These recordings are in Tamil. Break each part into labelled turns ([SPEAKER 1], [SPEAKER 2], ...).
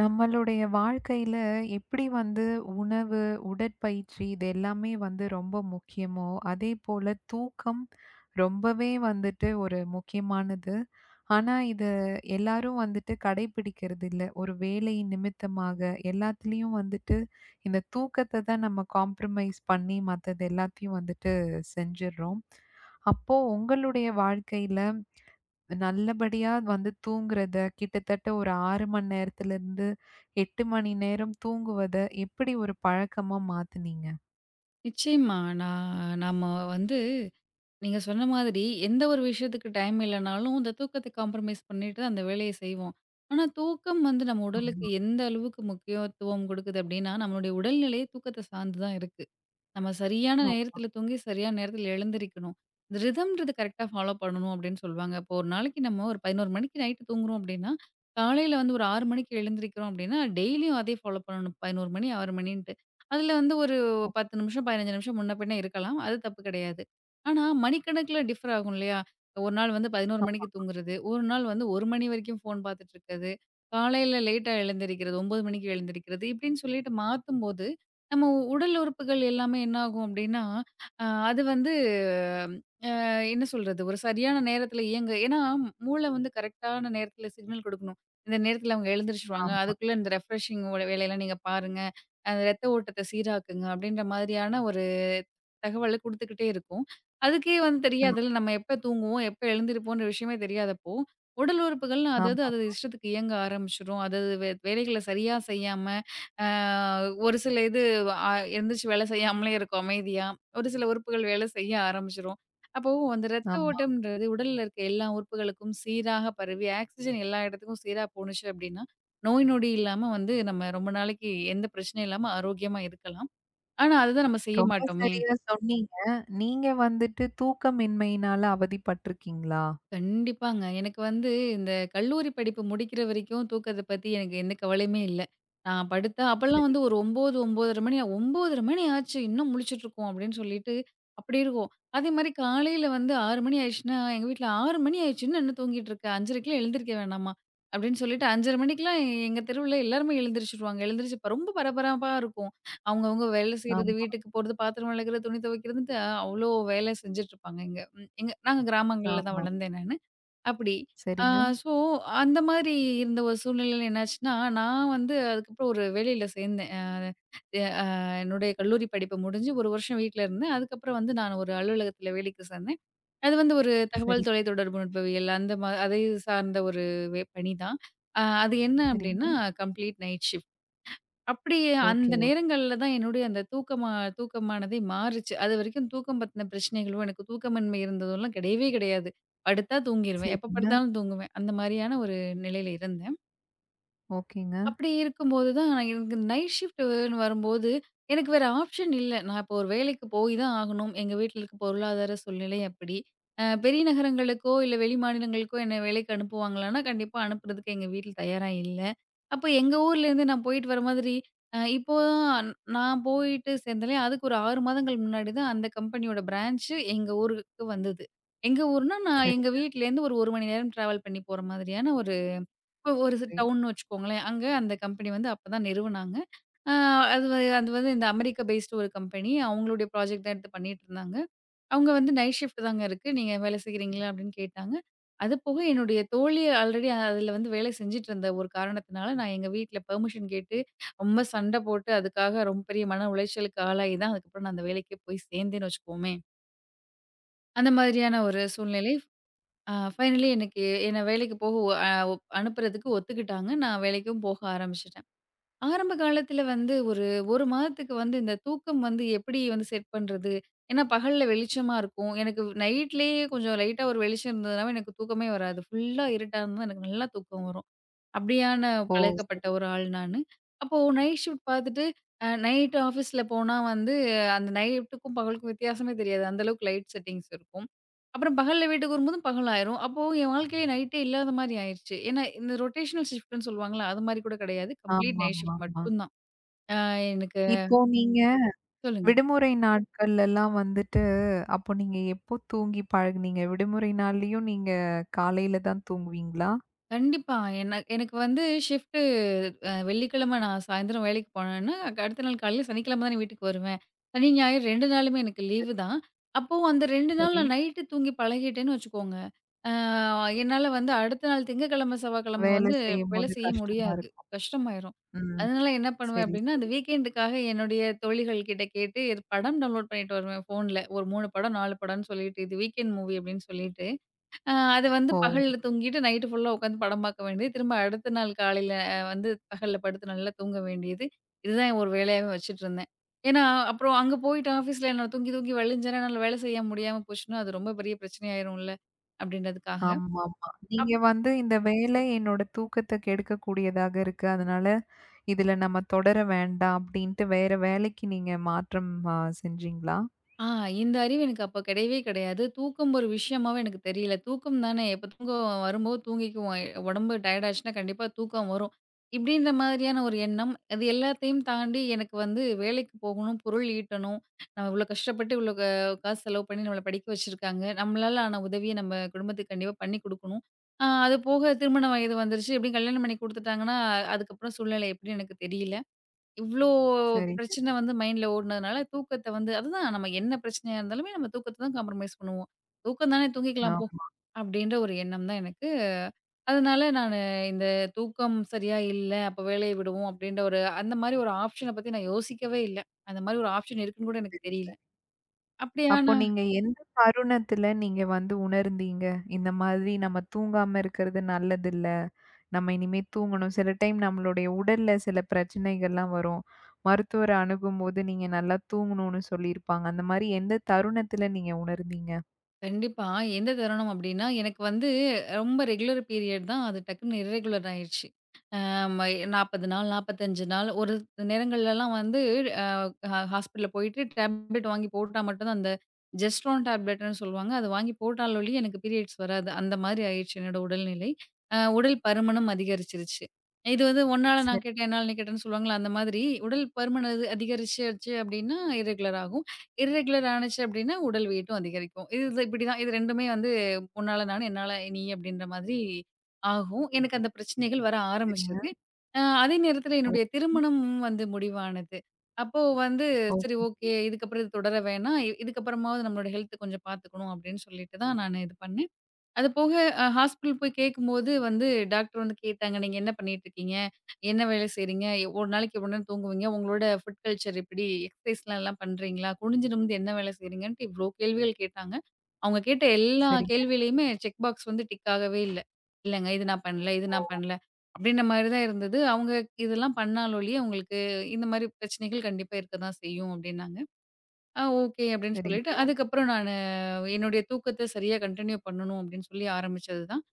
[SPEAKER 1] நம்மளுடைய வாழ்க்கையில எப்படி வந்து உணவு, உடற்பயிற்சி இது எல்லாமே வந்து ரொம்ப முக்கியமோ, அதே போல தூக்கம் ரொம்பவே வந்துட்டு ஒரு முக்கியமானது. ஆனா, இத எல்லாரும் வந்துட்டு கடைபிடிக்கிறது இல்ல. ஒரு வேலை நிமித்தமாக எல்லாத்துலயும் வந்துட்டு இந்த தூக்கத்த தான் நம்ம காம்ப்ரமைஸ் பண்ணி மத்தது எல்லாத்தையும் வந்துட்டு செஞ்சுர்றோம். அப்போ உங்களுடைய வாழ்க்கையில நல்லபடியா வந்து தூங்குறத, கிட்டத்தட்ட ஒரு 6 மணி நேரத்திலிருந்து 8 மணி நேரம் தூங்குவத எப்படி ஒரு பழக்கமா மாத்துனீங்க?
[SPEAKER 2] நிச்சயமா. நான் நம்ம வந்து நீங்க சொன்ன மாதிரி எந்த ஒரு விஷயத்துக்கு டைம் இல்லனாலும், இந்த தூக்கத்த காம்ப்ரமைஸ் பண்ணிட்டு அந்த வேலைய செய்வோம். ஆனா, தூக்கம் வந்து நம்ம உடலுக்கு
[SPEAKER 1] ஆமா.
[SPEAKER 2] எந்த அளவுக்கு முக்கியத்துவம் குடுக்குது அப்டின்னா, நம்மளுடைய உடல்நிலையே தூக்கத்த சார்ந்து தான் இருக்கு. நம்ம சரியான நேரத்துல தூங்கி, சரியான நேரத்துல எழுந்திரிக்கணும். இந்த ரிதம்ன்றது கரெக்ட்டா ஃபாலோ பண்ணணும் அப்படின்னு சொல்லுவாங்க. இப்போ ஒரு நாளைக்கு நம்ம ஒரு 11 மணிக்கு நைட்டு தூங்குறோம் அப்படின்னா, காலையில வந்து ஒரு 6 மணிக்கு எழுந்திரிக்கிறோம் அப்படின்னா, டெய்லியும் அதே ஃபாலோ பண்ணணும். 11 மணி, 6 மணின்ட்டு. அதுல வந்து ஒரு 10 நிமிஷம், 15 நிமிஷம் முன்ன பின்ன இருக்கலாம். அது தப்பு கிடையாது. ஆனா, மணிக்கணக்குல டிஃபர் ஆகும் இல்லையா? ஒரு நாள் வந்து 11
[SPEAKER 1] ஆமா,
[SPEAKER 2] மணிக்கு தூங்குறது, ஒரு நாள் வந்து 1 மணி வரைக்கும் ஃபோன் பார்த்துட்டு இருக்கிறது, காலையில லேட்டா எழுந்திரிக்கிறது, 9 மணிக்கு எழுந்திரிக்கிறது இப்படின்னு சொல்லிட்டு மாத்தும்போது நம்ம உடல் உறுப்புகள் எல்லாமே என்ன ஆகும் அப்டின்னா, அது வந்து என்ன சொல்றது? ஒரு சரியான நேரத்தில இயங்க ஏன்னா மூளை வந்து கரெக்ட்டான நேரத்தில சிக்னல் குடுக்கணும். இந்த நேரத்தில அவங்க எழுந்திரிச்சுருவாங்க.
[SPEAKER 1] ஆமா,
[SPEAKER 2] அதுக்குள்ள இந்த ரெஃப்ரெஷிங் ஓட வேலையெல்லாம் நீங்க பாருங்க. அந்த ரத்த ஓட்டத்த சீராக்குங்க. அப்டின்ற மாதிரியான ஒரு தகவல குடுத்துக்கிட்டே இருக்கும். அதுக்கே வந்து
[SPEAKER 1] அ
[SPEAKER 2] தெரியாதுல்ல, நம்ம எப்ப தூங்குவோம், எப்ப எழுந்திரிப்போம்ன்ற விஷயமே தெரியாதப்போ, உடல் உறுப்புகள் அதது
[SPEAKER 1] ஆமா,
[SPEAKER 2] அதது இஷ்டத்துக்கு இயங்க ஆரம்பிச்சுரும். அதது வேலைகள சரியா செய்யாம, அ ஒரு சில இது அ எந்திரிச்சு வேலை செய்யாமலே இருக்கும் அமைதியா. ஒரு சில உறுப்புகள் வேலை செய்ய ஆரம்பிச்சுரும். அப்போ அந்த ரத்த
[SPEAKER 1] ஆமா.
[SPEAKER 2] ஓட்டம்ன்றது உடல்ல இருக்க எல்லா உறுப்புகளுக்கும் சீராக பரவி, ஆக்ஸிஜன் எல்லா இடத்துக்கும் சீரா போணுச்சு அப்டின்னா, நோய் நொடி இல்லாம வந்து நம்ம ரொம்ப நாளைக்கு எந்த பிரச்சனையும் இல்லாம ஆரோக்கியமா இருக்கலாம். ஆனா, அதுதான் நம்ம செய்ய
[SPEAKER 1] ரொம்ப
[SPEAKER 2] மாட்டோமே!
[SPEAKER 1] சரியா சொன்னீங்க. நீங்க வந்துட்டு தூக்கமின்மையினால அவதிப்பட்டுருக்கீங்களா?
[SPEAKER 2] கண்டிப்பாங்க. எனக்கு வந்து இந்த கல்லூரி படிப்பு முடிக்கிற வரைக்கும் தூக்கத்த பத்தி எனக்கு எந்த கவலையுமே இல்ல. நான் படுத்தா அப்பலாம்
[SPEAKER 1] சரி.
[SPEAKER 2] வந்து ஒரு 9, 9:30 மணி 9:30 மணி ஆச்சு இன்னும் முழிச்சுட்டுருக்கோம் அப்டின்னு சொல்லிட்டு அப்படி இருக்கும். அதே மாரி காலையில வந்து 6 மணி ஆயிடுச்சுன்னா, எங்க வீட்ல 6 மணி ஆயிடுச்சு இன்னும் என்ன தூங்கிட்டு இருக்க? 5:30க்குலாம் எழுந்திரிக்க வேணாமா? அப்டின்னு சொல்லிட்டு 5:30 மணிக்கெல்லாம் எங்க தெருவுல எல்லாருமே எழுந்திரிச்சுருவாங்க. எழுந்திரிச்சு ரொம்ப பரபரப்பா இருக்கும். அவங்கவங்க வேலை செய்றது,
[SPEAKER 1] ஆமா,
[SPEAKER 2] வீட்டுக்கு போறது, பாத்திரம் வெளக்குறது, துணி துவைக்கிறதுன்ட்டு அவ்ளோ வேலை செஞ்சுட்டு இருப்பாங்க. எங்க நாங்க கிராமங்கள்ல தான்
[SPEAKER 1] ஆமா.
[SPEAKER 2] வளர்ந்தேன் நானு. அப்படி. ஆ
[SPEAKER 1] சரிங்க,
[SPEAKER 2] ஸோ அந்த மாதிரி இருந்த ஒரு சூழ்நிலையில என்னாச்சுன்னா, நான் வந்து அதுக்கப்புறம் ஒரு வேலையில சேர்ந்தேன். அ எ அ என்னுடைய கல்லூரி படிப்பு முடிஞ்சு 1 வருஷம் வீட்ல இருந்தேன். அதுக்கப்புறம் வந்து நான் ஒரு அலுவலகத்தில வேலைக்கு சேர்ந்தேன். அது வந்து ஒரு
[SPEAKER 1] சரி,
[SPEAKER 2] தகவல் தொலைத்தொடர்பு நுட்பவியல் அந்த அதை சார்ந்த ஒரு பணிதான். அது என்ன அப்படின்னா,
[SPEAKER 1] சரிங்க.
[SPEAKER 2] Complete night shift. அப்படி
[SPEAKER 1] ஓகே,
[SPEAKER 2] அந்த
[SPEAKER 1] ஓ
[SPEAKER 2] நேரங்கள்ல தான் என்னுடைய அந்த தூக்கமானதே மாறுச்சு. அதுவரைக்கும் தூக்கம் பத்தின பிரச்சனைகளோ, எனக்கு தூக்கமின்மை இருந்ததோலாம் கிடையவே கிடையாது. படுத்தா தூங்கிருவேன். எப்ப
[SPEAKER 1] சரிங்க.
[SPEAKER 2] படுத்தாலும் தூங்குவேன். அந்த மாரியான ஒரு நிலையில இருந்தேன்.
[SPEAKER 1] ஓகேங்க.
[SPEAKER 2] அப்படி இருக்கும்போது தான் நான் எனக்கு நைட் ஷிஃப்ட்ன்னு வரும்போது, எனக்கு வேற ஆப்ஷன் இல்ல. நான் இப்போ ஒரு வேலைக்கு போய் தான் ஆகணும். எங்க வீட்ல இருக்க பொருளாதார சூழ்நிலை அப்படி. பெரிய நகரங்களுக்கோ, இல்ல வெளிமாநிலங்களுக்கோ என்ன வேலைக்கு அனுப்புவாங்களான்னா, கண்டிப்பா அனுப்புறதுக்கு எங்க வீட்ல தயாரா இல்ல. அப்போ எங்க ஊர்லேருந்து நான் போயிட்டு வர மாதிரி இப்போ தான் நான் போயிட்டு சேர்ந்தேனே, அதுக்கு ஒரு 6 மாதங்கள் முன்னாடி தான் அந்த கம்பெனியோட பிரான்ச்சு எங்க ஊருக்கு வந்தது. எங்க ஊர்னா, நான்
[SPEAKER 1] சரி,
[SPEAKER 2] எங்க வீட்லேருந்து ஒரு 1 மணி நேரம் டிராவல் பண்ணி போற மாதிரியான ஒரு இப்போ ஒரு
[SPEAKER 1] சரி.
[SPEAKER 2] டவுன்னு வச்சுக்கோங்களேன். அங்க அந்த கம்பெனி வந்து அப்பதான் நிறுவுனாங்க. அ அது வ அது வந்து இந்த அமெரிக்கா பேஸ்டு ஒரு கம்பெனி. அவங்களுடைய ப்ராஜெக்ட் தான் எடுத்து பண்ணிட்டுருந்தாங்க. அவங்க வந்து நைட் ஷிஃப்ட் தாங்க இருக்கு. நீங்க வேலை செய்கிறீங்களா? அப்படின்னு கேட்டாங்க. அது போக என்னுடைய தோழி ஆல்ரெடி அதுல வந்து வேலை செஞ்சுட்டு இருந்த ஒரு காரணத்தினால, நான் எங்க வீட்ல பெர்மிஷன் கேட்டு, ரொம்ப சண்டை போட்டு அதுக்காக ரொம்ப பெரிய மன உளைச்சலுக்கு ஆளாகி தான் அதுக்கப்புறம் நான் அந்த வேலைக்கே போய் சேர்ந்தேன்னு வச்சுக்குவோமே. அந்த மாதிரியான ஒரு சூழ்நிலை. ஃபைனலி எனக்கு என்ன வேலைக்கு போக ஒ அ ஒ அனுப்புறதுக்கு ஒத்துக்கிட்டாங்க. நான் வேலைக்கும் போக ஆரம்பிச்சுட்டேன். ஆரம்ப காலத்தில வந்து ஒரு 1 மாதத்துக்கு வந்து இந்த தூக்கம் வந்து எப்படி வந்து செட் பண்றது? ஏன்னா பகல்ல வெளிச்சமா இருக்கும். எனக்கு நைட்லயே கொஞ்சம் லைட்டா ஒரு வெளிச்சம் இருந்ததுனாவே எனக்கு தூக்கமே வராது. ஃபுல்லா இருட்டா இருந்தா எனக்கு நல்லா தூக்கம் வரும். அப்படியான
[SPEAKER 1] ஓ!
[SPEAKER 2] பழக்கப்பட்ட ஒரு ஆள் நானு. அப்போ நைட் ஷிஃப்ட் பார்த்துட்டு, நைட் ஆஃபீஸ்ல போனா வந்து அந்த நைட்டுக்கும் பகலுக்கும் வித்தியாசமே தெரியாது. அந்த அளவுக்கு லைட் செட்டிங்ஸ் இருக்கும். அப்புறம் பகல்ல வீட்டுக்கு வரும்போது பகலாயிரும். அப்போ என் வாழ்க்கையில நைட்டே இல்லாத மாரி ஆயிருச்சு. ஏன்னா இந்த ரொட்டேஷனல் ஷிஃப்ட்ன்னு சொல்லுவாங்கல்ல, அது மாரி கூட கிடையாது. கம்ப்ளீட் நைட் ஷிஃப்ட்
[SPEAKER 1] ஆமாமாமா.
[SPEAKER 2] மட்டும் தான். அ எனக்கு
[SPEAKER 1] இப்போ நீங்க
[SPEAKER 2] சொல்லுங்க.
[SPEAKER 1] விடுமுறை நாட்கள்லலாம் வந்துட்டு அப்போ நீங்க எப்போ தூங்கி பழகுனீங்க? விடுமுறை நாள்லயும் நீங்க காலையில தான் தூங்குவீங்களா?
[SPEAKER 2] கண்டிப்பா. என்ன எனக்கு வந்து ஷிஃப்ட்டு அ வெள்ளிக்கிழமை நான் சாயந்தரம் வேலைக்கு போனேன்னா, அடுத்த நாள் காலையில சனிக்கிழமை தானே வீட்டுக்கு வருவேன். சனி, ஞாயிறு 2 நாளுமே எனக்கு லீவு தான். அப்போ அந்த 2 நாள்
[SPEAKER 1] சரி.
[SPEAKER 2] நான் நைட்டு தூங்கி பழகிட்டேன்னு வச்சுக்கோங்க, அ என்னால வந்து அடுத்த நாள் திங்கட்கிழமை, செவ்வாய்க்கிழமை
[SPEAKER 1] வேலை
[SPEAKER 2] வந்து வேலை
[SPEAKER 1] செய்யும்போது
[SPEAKER 2] செய்ய
[SPEAKER 1] கஷ்டமா
[SPEAKER 2] முடியாது.
[SPEAKER 1] இருக்கும்.
[SPEAKER 2] கஷ்டமாயிரும்.
[SPEAKER 1] ம்.
[SPEAKER 2] அதனால என்ன பண்ணுவேன்
[SPEAKER 1] சரி,
[SPEAKER 2] அப்டின்னா, அந்த
[SPEAKER 1] சரி.
[SPEAKER 2] வீக்கெண்டுக்காக என்னுடைய தோழிகள் கிட்ட கேட்டு இது படம் டவுன்லோட் பண்ணிட்டு வருவேன் ஃபோன்ல. ஒரு 3 படம், 4 படம்னு சொல்லிட்டு, இது வீக்கெண்ட் மூவி அப்டின்னு சொல்லிட்டு. அது வந்து
[SPEAKER 1] ஓ!
[SPEAKER 2] பகல்ல தூங்கிட்டு நைட்டு ஃபுல்லா உட்காந்து படம் பார்க்க வேண்டியது. திரும்ப அடுத்த நாள் காலையில வந்து பகல்ல படுத்து நல்லா தூங்க வேண்டியது. இதுதான் என் ஒரு வேலையாவே வச்சுட்டுருந்தேன். ஏன்னா, அப்புறம் அங்க போயிட்டு ஆஃபீஸ்ல நான் தூங்கி தூங்கி வழிஞ்சேன்னா, என்னால வேலை செய்ய முடியாம போச்சுன்னா, அது ரொம்ப பெரிய பிரச்சனையாயிரும்ல. அப்படின்றதுக்காக.
[SPEAKER 1] ஆமாமா. நீங்க வந்து இந்த வேலை என்னோட தூக்கத்த கெடுக்கக்கூடியதாக இருக்கு. அதனால இதுல நம்ம தொடர வேண்டாம் அப்டின்ட்டு வேற வேலைக்கு நீங்க மாற்றம் செஞ்சீங்களா?
[SPEAKER 2] ஆ இந்த அறிவு எனக்கு அப்ப கிடையவே கிடையாது. தூக்கம் ஒரு விஷயமாவே எனக்கு தெரியல. தூக்கம் தானே எப்ப தூக்கம் வரும்போது தூங்கிக்குவோம். உடம்பு டயர்ட் ஆச்சுன்னா கண்டிப்பா தூக்கம் வரும். இப்படின்ற மாதிரியான ஒரு எண்ணம். அது எல்லாத்தையும் தாண்டி எனக்கு வந்து வேலைக்கு போகணும், பொருள் ஈட்டணும். நம்ம இவ்வளோ கஷ்டப்பட்டு இவ்வளோ க காசு செலவு பண்ணி நம்மள படிக்க வச்சிருக்காங்க. நம்மளால ஆன உதவிய நம்ம குடும்பத்துக்கு கண்டிப்பா பண்ணி குடுக்கணும். அது போக திருமண வயது வந்துருச்சு. எப்படியும் கல்யாணம் பண்ணி குடுத்துட்டாங்கன்னா, அதுக்கப்புறம் சூழ்நிலை எப்படின்னு எனக்கு தெரியல. இவ்ளோ
[SPEAKER 1] சரிங்க.
[SPEAKER 2] பிரச்சன வந்து மைண்ட்ல ஓடுனதுனால, தூக்கத்த வந்து அதுதான் நம்ம என்ன பிரச்சனையா இருந்தாலுமே நம்ம தூக்கத்த தான் காம்ப்ரமைஸ் பண்ணுவோம். "தூக்கம் தானே தூங்கிக்கலாம் போ"
[SPEAKER 1] ஆமா.
[SPEAKER 2] அப்படின்ற ஒரு எண்ணம் தான் எனக்கு. அதனால நானு இந்த தூக்கம் சரியா இல்ல, அப்ப வேலைய விடுவோம் அப்படின்ற ஒரு அந்த மாரி ஒரு ஆப்ஷன பத்தி நான் யோசிக்கவே இல்ல. அந்த மாரி ஒரு ஆப்ஷன் இருக்குன்னு கூட எனக்கு
[SPEAKER 1] சரி,
[SPEAKER 2] தெரியல.
[SPEAKER 1] சரி. அப்போ
[SPEAKER 2] அப்படியானா
[SPEAKER 1] நீங்க எந்த தருணத்துல நீங்க வந்து உணர்ந்தீங்க? இந்த மாதிரி நம்ம தூங்காம இருக்கிறது நல்லதில்ல. நம்ம இனிமே தூங்கணும். சில டைம் நம்மளுடைய உடல்ல சில பிரச்சனைகள்லாம் வரும். மருத்துவர அணுகும்போது நீங்க நல்லா தூங்கணும்னு சொல்லியிருப்பாங்க. அந்த மாரி எந்த தருணத்துல நீங்க உணர்ந்தீங்க?
[SPEAKER 2] கண்டிப்பா. எந்த தருணம் அப்படின்னா, எனக்கு வந்து ரொம்ப ரெகுலர் பீரியட் தான். அது டக்குன்னு இர்ரெகுலர் ஆயிருச்சு. ஆமா. 40 நாள், 45 நாள் ஒரு நேரங்கள்லலாம் வந்து அ ஹாஸ்பிட்டல்ல போயிட்டு டேப்லெட் வாங்கி போட்டா மட்டும் தான் அந்த ஜெஸ்ட்ரோன் டேப்லெட்ன்னு சொல்லுவாங்க. அது வாங்கி போட்டால் ஒழிய எனக்கு பீரியட்ஸ் வராது. அந்த மாதிரி ஆயிடுச்சு என்னோட உடல்நிலை. உடல் பருமனும் அதிகரிச்சிருச்சு. இது வந்து உன்னால
[SPEAKER 1] சரி,
[SPEAKER 2] நான் கேட்டேன், என்னால நீ கேட்டேன்னு சொல்லுவாங்கல்ல, அந்த மாதிரி உடல் பருமன் அது அதிகரிச்சுருச்சு அப்டின்னா இர்ரெகுலர் ஆகும். இர்ரெகுலர் ஆனுச்சு அப்டின்னா உடல் வெயிட்டும் அதிகரிக்கும். இது இது இப்படிதான் இது 2மே வந்து உன்னால நானு, என்னால நீ அப்டின்ற மாதிரி ஆகும். எனக்கு அந்த பிரச்சனைகள் வர
[SPEAKER 1] சரிங்க.
[SPEAKER 2] ஆரம்பிச்சது. அதே நேரத்துல என்னுடைய
[SPEAKER 1] ஓகே,
[SPEAKER 2] திருமணமும் வந்து முடிவானது. அப்போ வந்து சரி
[SPEAKER 1] ஓகே.
[SPEAKER 2] ஓகே. இதுக்கப்புறம் இது தொடர வேணாம். இதுக்கப்புறமாவது நம்மளோட ஹெல்த் கொஞ்சம் பார்த்துக்கணும் அப்படின்னு சொல்லிட்டு தான் நானு இது பண்ணேன். அது போக ஹாஸ்பிட்டல் போய் கேட்கும்போது வந்து டாக்டர் வந்து கேட்டாங்க, "நீங்க என்ன பண்ணிட்டுருக்கீங்க? என்ன வேலை செய்றீங்க? ஒரு நாளைக்கு எவ்வளோ நேரம் தூங்குவீங்க? உங்களோட ஃபுட் கல்ச்சர் எப்படி? எக்சர்சைஸ்லாம் எல்லாம் பண்றீங்களா? குனிஞ்சு நிமிந்து என்ன வேலை செய்றீங்கன்ட்டு" இவ்ளோ கேள்விகள் கேட்டாங்க. அவங்க கேட்ட எல்லா
[SPEAKER 1] சரிங்க,
[SPEAKER 2] கேள்வியிலயுமே செக் பாக்ஸ் வந்து டிக் ஆகவே இல்ல. "இல்லங்க, இது நான் பண்ணல, இது நான் பண்ணல" அப்படின்ற மாரி தான் இருந்தது. அவங்க இதெல்லாம் பண்ணாலும் ஒழிய, "உங்களுக்கு இந்த மாரி பிரச்சனைகள் கண்டிப்பா இருக்க தான் செய்யும்" அப்படின்னாங்க. ஓகே" அப்படின்னு சொல்லிட்டு
[SPEAKER 1] சரிங்க.
[SPEAKER 2] அதுக்கப்புறம் நான் என்னுடைய தூக்கத்த சரியா கன்டின்யூ பண்ணணும் அப்படின்னு சொல்லி ஆரம்பிச்சது தான்.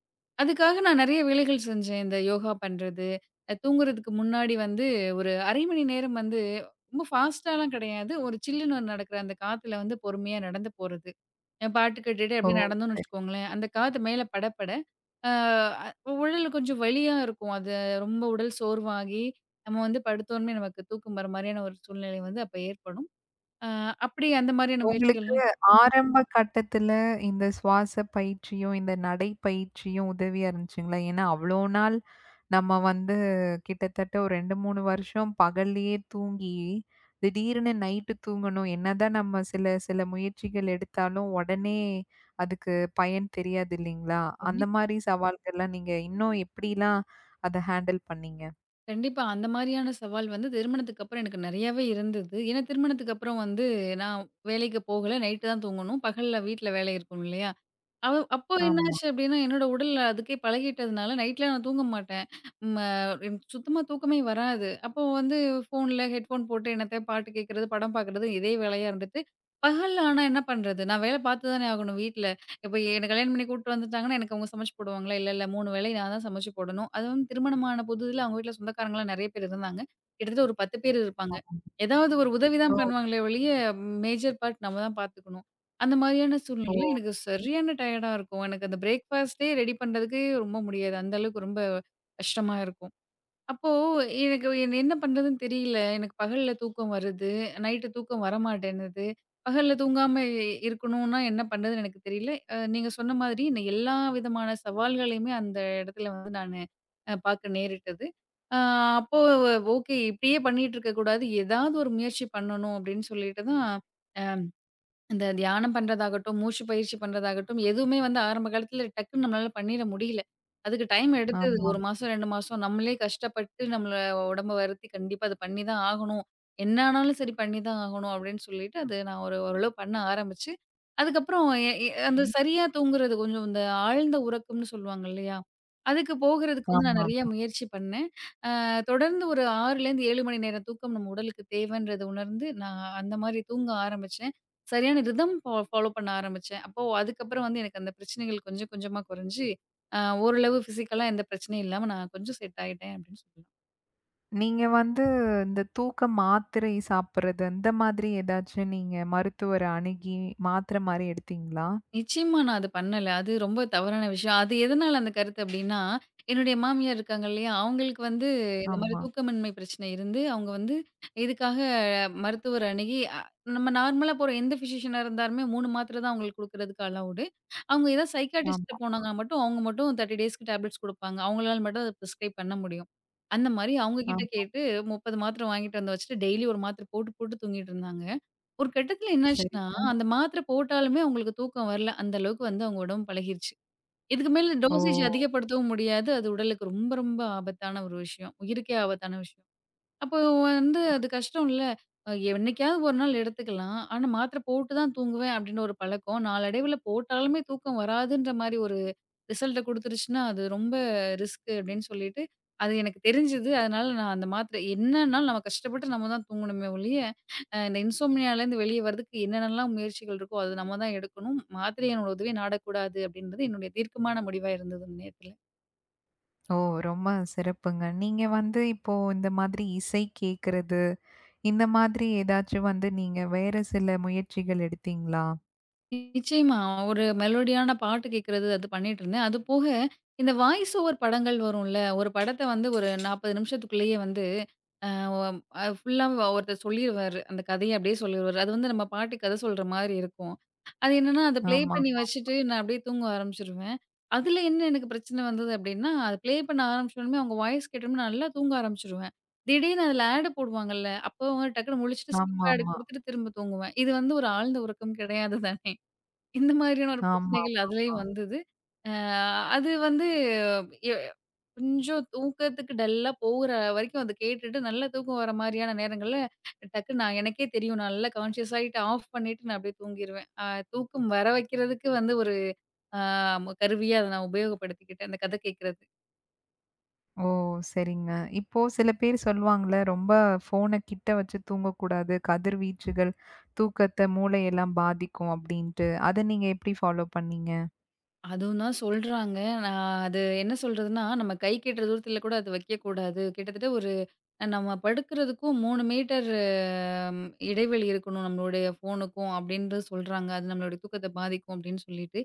[SPEAKER 2] அதுக்காக நான் நெறைய வேலைகள் செஞ்சேன். இந்த யோகா பண்றது, தூங்குறதுக்கு முன்னாடி வந்து ஒரு 1/2 மணி நேரம் வந்து ரொம்ப ஃபாஸ்ட்டாலாம் கிடையாது. ஒரு சில்லுன்னு நடக்கிற அந்த காத்துல வந்து பொறுமையா நடந்து போறது. பாட்டு கேட்டுட்டு
[SPEAKER 1] ஓ!
[SPEAKER 2] அப்படியே நடந்தோம்னு
[SPEAKER 1] சரி.
[SPEAKER 2] வச்சுக்கோங்களேன், அந்த காத்து மேல படப்பட, ஆ உடல் கொஞ்சம் வலியா இருக்கும். அது ரொம்ப உடல் சோர்வாகி, நம்ம வந்து படுத்தோனமே நமக்கு தூக்கம் வர மாரியான ஒரு சூழ்நிலை வந்து அப்ப ஏற்படும். அ அப்படி அந்த மாரியான
[SPEAKER 1] உங்களுக்கு
[SPEAKER 2] முயற்சிகள்லாம்
[SPEAKER 1] ஆரம்ப கட்டத்துல இந்த சுவாச பயிற்சியும், இந்த நடை பயிற்சியும் உதவியா இருந்துச்சுங்களா? ஏன்னா அவ்ளோ நாள் நம்ம வந்து கிட்டத்தட்ட ஒரு 2, 3 வருஷம் பகல்லயே தூங்கி, திடீர்னு நைட்டு தூங்கணும். என்னதான் நம்ம சில சில முயற்சிகள் எடுத்தாலும், உடனே அதுக்கு பயன் தெரியாது இல்லைங்களா? அந்த மாரி சவால்கள்லாம் நீங்க இன்னும் எப்படிலாம் அத ஹேண்டில் பண்ணீங்க?
[SPEAKER 2] கண்டிப்பா. அந்த மாரியான சவால் வந்து திருமணத்துக்கு அப்புறம் எனக்கு நெறையாவே இருந்தது. ஏன்னா திருமணத்துக்கு அப்புறம் வந்து நான் வேலைக்கு போகல. நைட்டு தான் தூங்கணும். பகல்ல வீட்ல வேலை இருக்கும் இல்லையா? அப்போ
[SPEAKER 1] ஆமா.
[SPEAKER 2] என்னாச்சு அப்டின்னா, என்னோட உடல் அதுக்கே பழகிட்டதுனால நைட்லாம் நான் தூங்க மாட்டேன். ம எனக்கு சுத்தமா தூக்கமே வராது. அப்போ வந்து ஃபோன்ல ஹெட்ஃபோன் போட்டு என்னத்த பாட்டு கேட்கறது, படம் பார்க்கறது இதே வேலையா இருந்துட்டு, பகல்ல ஆனா என்ன பண்றது? நான் வேல பார்த்து தானே ஆகணும் வீட்ல. இப்ப என்ன கல்யாணம் பண்ணி கூட்டு வந்துட்டாங்கன்னா, எனக்கு அவங்க சமைச்சு போடுவாங்களா? இல்ல, இல்ல 3 வேளை நான் தான் சமைச்சு போடணும். அதுவும் திருமணமான புதுதில அவங்க வீட்ல சொந்தக்காரங்கலாம் நெறைய பேர் இருந்தாங்க. கிட்டத்தட்ட ஒரு 10 பேர் இருப்பாங்க.
[SPEAKER 1] ஆமா.
[SPEAKER 2] ஏதாவது ஒரு உதவி
[SPEAKER 1] ஓ!
[SPEAKER 2] தான் பண்ணுவாங்களே ஒழிய, மேஜர் பார்ட் நம்ம தான் பார்த்துக்கணும். அந்த மாரியான
[SPEAKER 1] ஓ!
[SPEAKER 2] சூழ்நிலையில எனக்கு சரியான டயர்டா இருக்கும். எனக்கு அந்த பிரேக்ஃபாஸ்ட்டே ரெடி பண்றதுக்கு ரொம்ப முடியாது. அந்த அளவுக்கு ரொம்ப கஷ்டமா இருக்கும். அப்போ எனக்கு என்ன என்ன பண்றதுன்னு தெரியல. எனக்கு பகல்ல தூக்கம் வருது. நைட்டு தூக்கம் வரமாட்டேன்னுது. பகல்ல தூங்காம இருக்கணும்னா என்ன பண்றதுன்னு எனக்கு தெரியல. நீங்க சொன்ன மாதிரி நான் எல்லா விதமான சவால்களையுமே அந்த இடத்துல வந்து நானு பார்க்க நேரிட்டது. அ அப்போ ஓகே இப்படியே பண்ணிட்டு இருக்கக்கூடாது. ஏதாவது ஒரு முயற்சி பண்ணணும் அப்படின்னு சொல்லிட்டு தான் அந்த தியானம் பண்றதாகட்டும், மூச்சு பயிற்சி பண்றதாகட்டும், எதுவுமே வந்து ஆரம்ப காலத்துல டக்குன்னு நம்மளால பண்ணிட முடியல. அதுக்கு டைம் எடுத்தது.
[SPEAKER 1] ஆமா.
[SPEAKER 2] 1 மாசம், 2 மாசம் நம்மளே கஷ்டப்பட்டு நம்மள உடம்ப வருத்தி கண்டிப்பா அது பண்ணி தான் ஆகணும். என்ன ஆனாலும் சரி பண்ணி தான் ஆகணும் அப்படின்னு சொல்லிட்டு அது நான் ஒரு ஓரளவு பண்ண ஆரம்பிச்சு, அதுக்கப்புறம் எ எ அந்த
[SPEAKER 1] ம்.
[SPEAKER 2] சரியா தூங்குறது கொஞ்சம் இந்த ஆழ்ந்த உறக்கம்னு சொல்லுவாங்க இல்லையா? அதுக்கு போகுறதுக்கு வந்து நான் நெறைய
[SPEAKER 1] ஆமாமா.
[SPEAKER 2] முயற்சி பண்ணேன். அ தொடர்ந்து ஒரு 6லேருந்து 7 மணி நேரம் தூக்கம் நம்ம உடலுக்கு தேவைன்றத உணர்ந்து நான் அந்த மாரி தூங்க ஆரம்பிச்சேன். சரியான ரிதம் ஃபாலோ பண்ண ஆரம்பிச்சேன். அப்போ அதுக்கப்புறம் வந்து எனக்கு அந்த பிரச்சனைகள் கொஞ்சம் கொஞ்சமா குறைஞ்சு, அ ஓரளவு ஃபிசிக்கலா எந்த பிரச்சனையும் இல்லாம நான் கொஞ்சம் செட் ஆயிட்டேன் அப்படின்னு சொல்லலாம்.
[SPEAKER 1] நீங்க வந்து இந்த தூக்க மாத்திரை சாப்பிடுறது, அந்த மாதிரி ஏதாச்சும் நீங்க மருத்துவர அணுகி மாத்திர மாரி எடுத்தீங்களா?
[SPEAKER 2] நிச்சயமா நான் அது பண்ணல. அது ரொம்ப தவறான விஷயம். அது எதனால அந்த கருத்து அப்டின்னா, என்னுடைய மாமியார் இருக்காங்க இல்லையா? அவங்களுக்கு வந்து இந்த மாரி
[SPEAKER 1] ஆமா.
[SPEAKER 2] தூக்கமின்மை பிரச்சனை இருந்து, அவங்க வந்து இதுக்காக மருத்துவர் அணுகி நம்ம நார்மலா போற எந்த ஃபிசிஷியனா இருந்தாலுமே 3 மாத்திரை தான் அவங்களுக்கு குடுக்குறதுக்கு அலவுடு. அவங்க ஏதாவது சைக்காட்ரிஸ்ட்ட
[SPEAKER 1] ஆமா.
[SPEAKER 2] போனாங்கன்னா மட்டும், அவங்க மட்டும் 30 டேஸ்க்கு டேப்லெட்ஸ் குடுப்பாங்க. அவங்களால மட்டும் அத பிரிஸ்கிரைப் பண்ண முடியும். அந்த மாரி அவங்க கிட்ட
[SPEAKER 1] ஆமா.
[SPEAKER 2] கேட்டு 30 மாத்திரை வாங்கிட்டு வந்து வச்சுட்டு, டெய்லி 1 மாத்திரை போட்டு, போட்டு தூங்கிட்டு இருந்தாங்க. ஒரு கட்டத்தில என்னாச்சுன்னா,
[SPEAKER 1] சரிங்க.
[SPEAKER 2] அந்த மாத்திரை போட்டாலுமே அவங்களுக்கு தூக்கம் வரல. அந்த அளவுக்கு வந்து அவங்க உடம்பு பழகிருச்சு. இதுக்கு மேல
[SPEAKER 1] ஓ!
[SPEAKER 2] டோசேஜ் அதிகப்படுத்தவும் முடியாது. அது உடலுக்கு ரொம்ப ரொம்ப ஆபத்தான ஒரு விஷயம். உயிருக்கே ஆபத்தான விஷயம். அப்போ வந்து அது கஷ்டம் இல்ல. என்னைக்காவது ஒரு நாள் எடுத்துக்கலாம். ஆனா, மாத்திரை போட்டு தான் தூங்குவேன் அப்படின்னு ஒரு பழக்கம். நாளடைவுல போட்டாலுமே தூக்கம் வராதுன்ற மாரி ஒரு ரிசல்ட்ட குடுத்துருச்சுன்னா, அது ரொம்ப ரிஸ்க் அப்படின்னு சொல்லிட்டு, அது எனக்கு தெரிஞ்சது. அதனால நான் அந்த மாத்திரை என்னன்னாலும் நம்ம கஷ்டப்பட்டு நம்ம தான் தூங்கணுமே ஒழிய, இந்த இன்சோம்னியாலேருந்து வெளிய வரதுக்கு என்னென்னலாம் முயற்சிகள் இருக்கோ, அது நம்ம தான் எடுக்கணும். மாத்திரையினோட உதவிய நாடக்கூடாது அப்படின்றது என்னுடைய தீர்க்கமான முடிவா இருந்தது அந்த நேரத்துல.
[SPEAKER 1] ஓ! ரொம்ப சிறப்புங்க. நீங்க வந்து இப்போ இந்த மாதிரி இசை கேட்கறது, இந்த மாதிரி ஏதாச்சும் வந்து நீங்க வேற சில முயற்சிகள் எடுத்தீங்களா?
[SPEAKER 2] நிச்சயமா. ஒரு மெலோடியான பாட்டு கேட்கறது அது பண்ணிட்டுருந்தேன். அது போக இந்த வாய்ஸ் ஓவர் படங்கள் வரும்ல. ஒரு படத்த வந்து ஒரு 40 நிமிஷத்துக்குள்ளேயே வந்து அ ஒம் அ ஃபுல்லா ஒருத்தர் சொல்லிருவாரு. அந்த கதைய அப்படியே சொல்லிருவாரு. அது வந்து நம்ம பாட்டு கதை சொல்ற மாரி இருக்கும். அது என்னன்னா, அத ப்ளே
[SPEAKER 1] ஆமாமா.
[SPEAKER 2] பண்ணி வச்சுட்டு நான் அப்படியே தூங்க ஆரம்பிச்சுருவேன். அதுல என்ன எனக்கு பிரச்சனை வந்தது அப்படின்னா, அத ப்ளே பண்ண ஆரம்பிச்சோனமே அவங்க வாய்ஸ் கேட்டோனே நல்லா தூங்க ஆரம்பிச்சுருவேன். திடீர்னு அதுல ஆட் போடுவாங்கல்ல. அப்போ அவங்க டக்குனு முழிச்சுட்டு ஸ்கிப் ஆட்
[SPEAKER 1] ஆமாமா.
[SPEAKER 2] குடுத்துட்டு திரும்ப தூங்குவேன். இது வந்து ஒரு ஆழ்ந்த உறக்கம் கிடையாது தானே! இந்த மாதிரியான ஒரு பிரச்சனைகள்
[SPEAKER 1] ஆமாமாமா.
[SPEAKER 2] அதிலயும் வந்தது. அ அது வந்து எ கொஞ்சம் தூக்கத்துக்கு டல்லா போகுற வரைக்கும் அத கேட்டுட்டு, நல்லா தூக்கம் வர மாரியான நேரங்கள்ல, டக்குன்னு நான் எனக்கே தெரியும். நான் நல்லா கான்ஷியஸ் ஆயிட்டு ஆஃப் பண்ணிட்டு நான் அப்படியே தூங்கிருவேன். தூக்கம் வர வைக்கிறதுக்கு வந்து ஒரு அ கருவியா அத நான் உபயோகப்படுத்திக்கிட்டேன். அந்த கதை கேட்கறது.
[SPEAKER 1] ஓ! சரிங்க. இப்போ சில பேர் சொல்லுவாங்கல்ல, ரொம்ப ஃபோன கிட்ட வச்சு தூங்கக்கூடாது. கதிர்வீச்சுகள் தூக்கத்த, மூளையெல்லாம் பாதிக்கும் அப்படின்ட்டு. அத நீங்க எப்படி ஃபாலோ பண்ணீங்க?
[SPEAKER 2] அதுவும் தான் சொல்றாங்க. நான் அது என்ன சொல்றதுன்னா, நம்ம கை கெட்டுற தூரத்தில கூட அது வைக்கக்கூடாது. கிட்டத்தட்ட ஒரு நம்ம படுக்கிறதுக்கும் 3 மீட்டர் அம், இடைவெளி இருக்கணும் நம்மளுடைய ஃபோனுக்கும் அப்படின்ட்டு சொல்றாங்க. அது நம்மளுடைய தூக்கத்த பாதிக்கும் அப்படின்னு சொல்லிட்டு,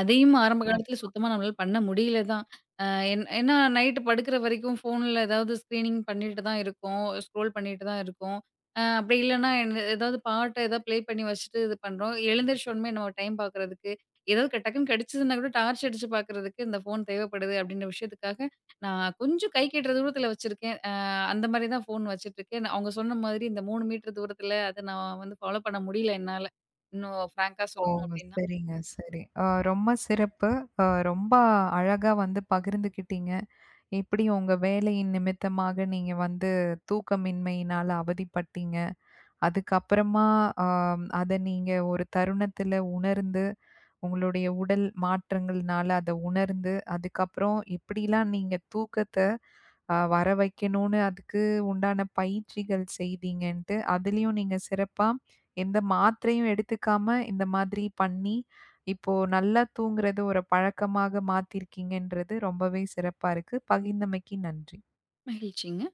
[SPEAKER 2] அதையும் ஆரம்ப
[SPEAKER 1] ஆ.
[SPEAKER 2] காலத்துல சுத்தமா நம்மளால பண்ண முடியல தான். அ என் ஏன்னா நைட்டு படுக்குற வரைக்கும் ஃபோன்ல ஏதாவது ஸ்க்ரீனிங் பண்ணிட்டு தான் இருக்கோம். ஸ்க்ரோல் பண்ணிட்டு தான் இருக்கோம். அப்படி இல்லன்னா என் ஏதாவது பாட்ட ஏதாவது ப்ளே பண்ணி வச்சுட்டு இது பண்றோம். எழுந்திரிச்ச உடனே நம்ம டைம் பார்க்குறதுக்கு, ஏதாவது டக்குன்னு கிடைச்சதுன்னா கூட டார்ச் அடிச்சு பார்க்குறதுக்கு இந்த ஃபோன் தேவைப்படுது அப்படின்ற விஷயத்துக்காக, நான் கொஞ்சம் கை கெட்டுற தூரத்துல வச்சிருக்கேன். அந்த மாரி தான் ஃபோன் வச்சுட்டுருக்கேன். அவங்க சொன்ன மாதிரி இந்த 3 மீட்டர் தூரத்துல அத நான் வந்து ஃபாலோ பண்ண முடியல என்னால. இன்னும் ஃப்ராங்க்கா
[SPEAKER 1] ஓ!
[SPEAKER 2] சொல்லணும் அப்படின்னா
[SPEAKER 1] சரிங்க, சரி. ரொம்ப சிறப்பு. ரொம்ப அழகா வந்து பகிர்ந்துக்கிட்டீங்க. எப்படி உங்க வேலையின் நிமித்தமாக நீங்க வந்து தூக்கமின்மையினால அவதிப்பட்டீங்க. அதுக்கப்புறமா ஆம், அத நீங்க ஒரு தருணத்துல உணர்ந்து, உங்களுடைய உடல் மாற்றங்கள்னால அத உணர்ந்து, அதுக்கப்புறம் எப்படிலாம் நீங்க தூக்கத்த வர வைக்கணும்னு அதுக்கு உண்டான பயிற்சிகள் செய்தீங்கன்ட்டு, அதுலயும் நீங்க சிறப்பா எந்த மாத்திரையும் எடுத்துக்காம இந்த மாதிரி பண்ணி, இப்போ நல்லா தூங்குறது ஒரு பழக்கமாக மாத்தியிருக்கீங்கன்றது ரொம்பவே சிறப்பா இருக்கு. பகிர்ந்தமைக்கு நன்றி.
[SPEAKER 2] மகிழ்ச்சிங்க.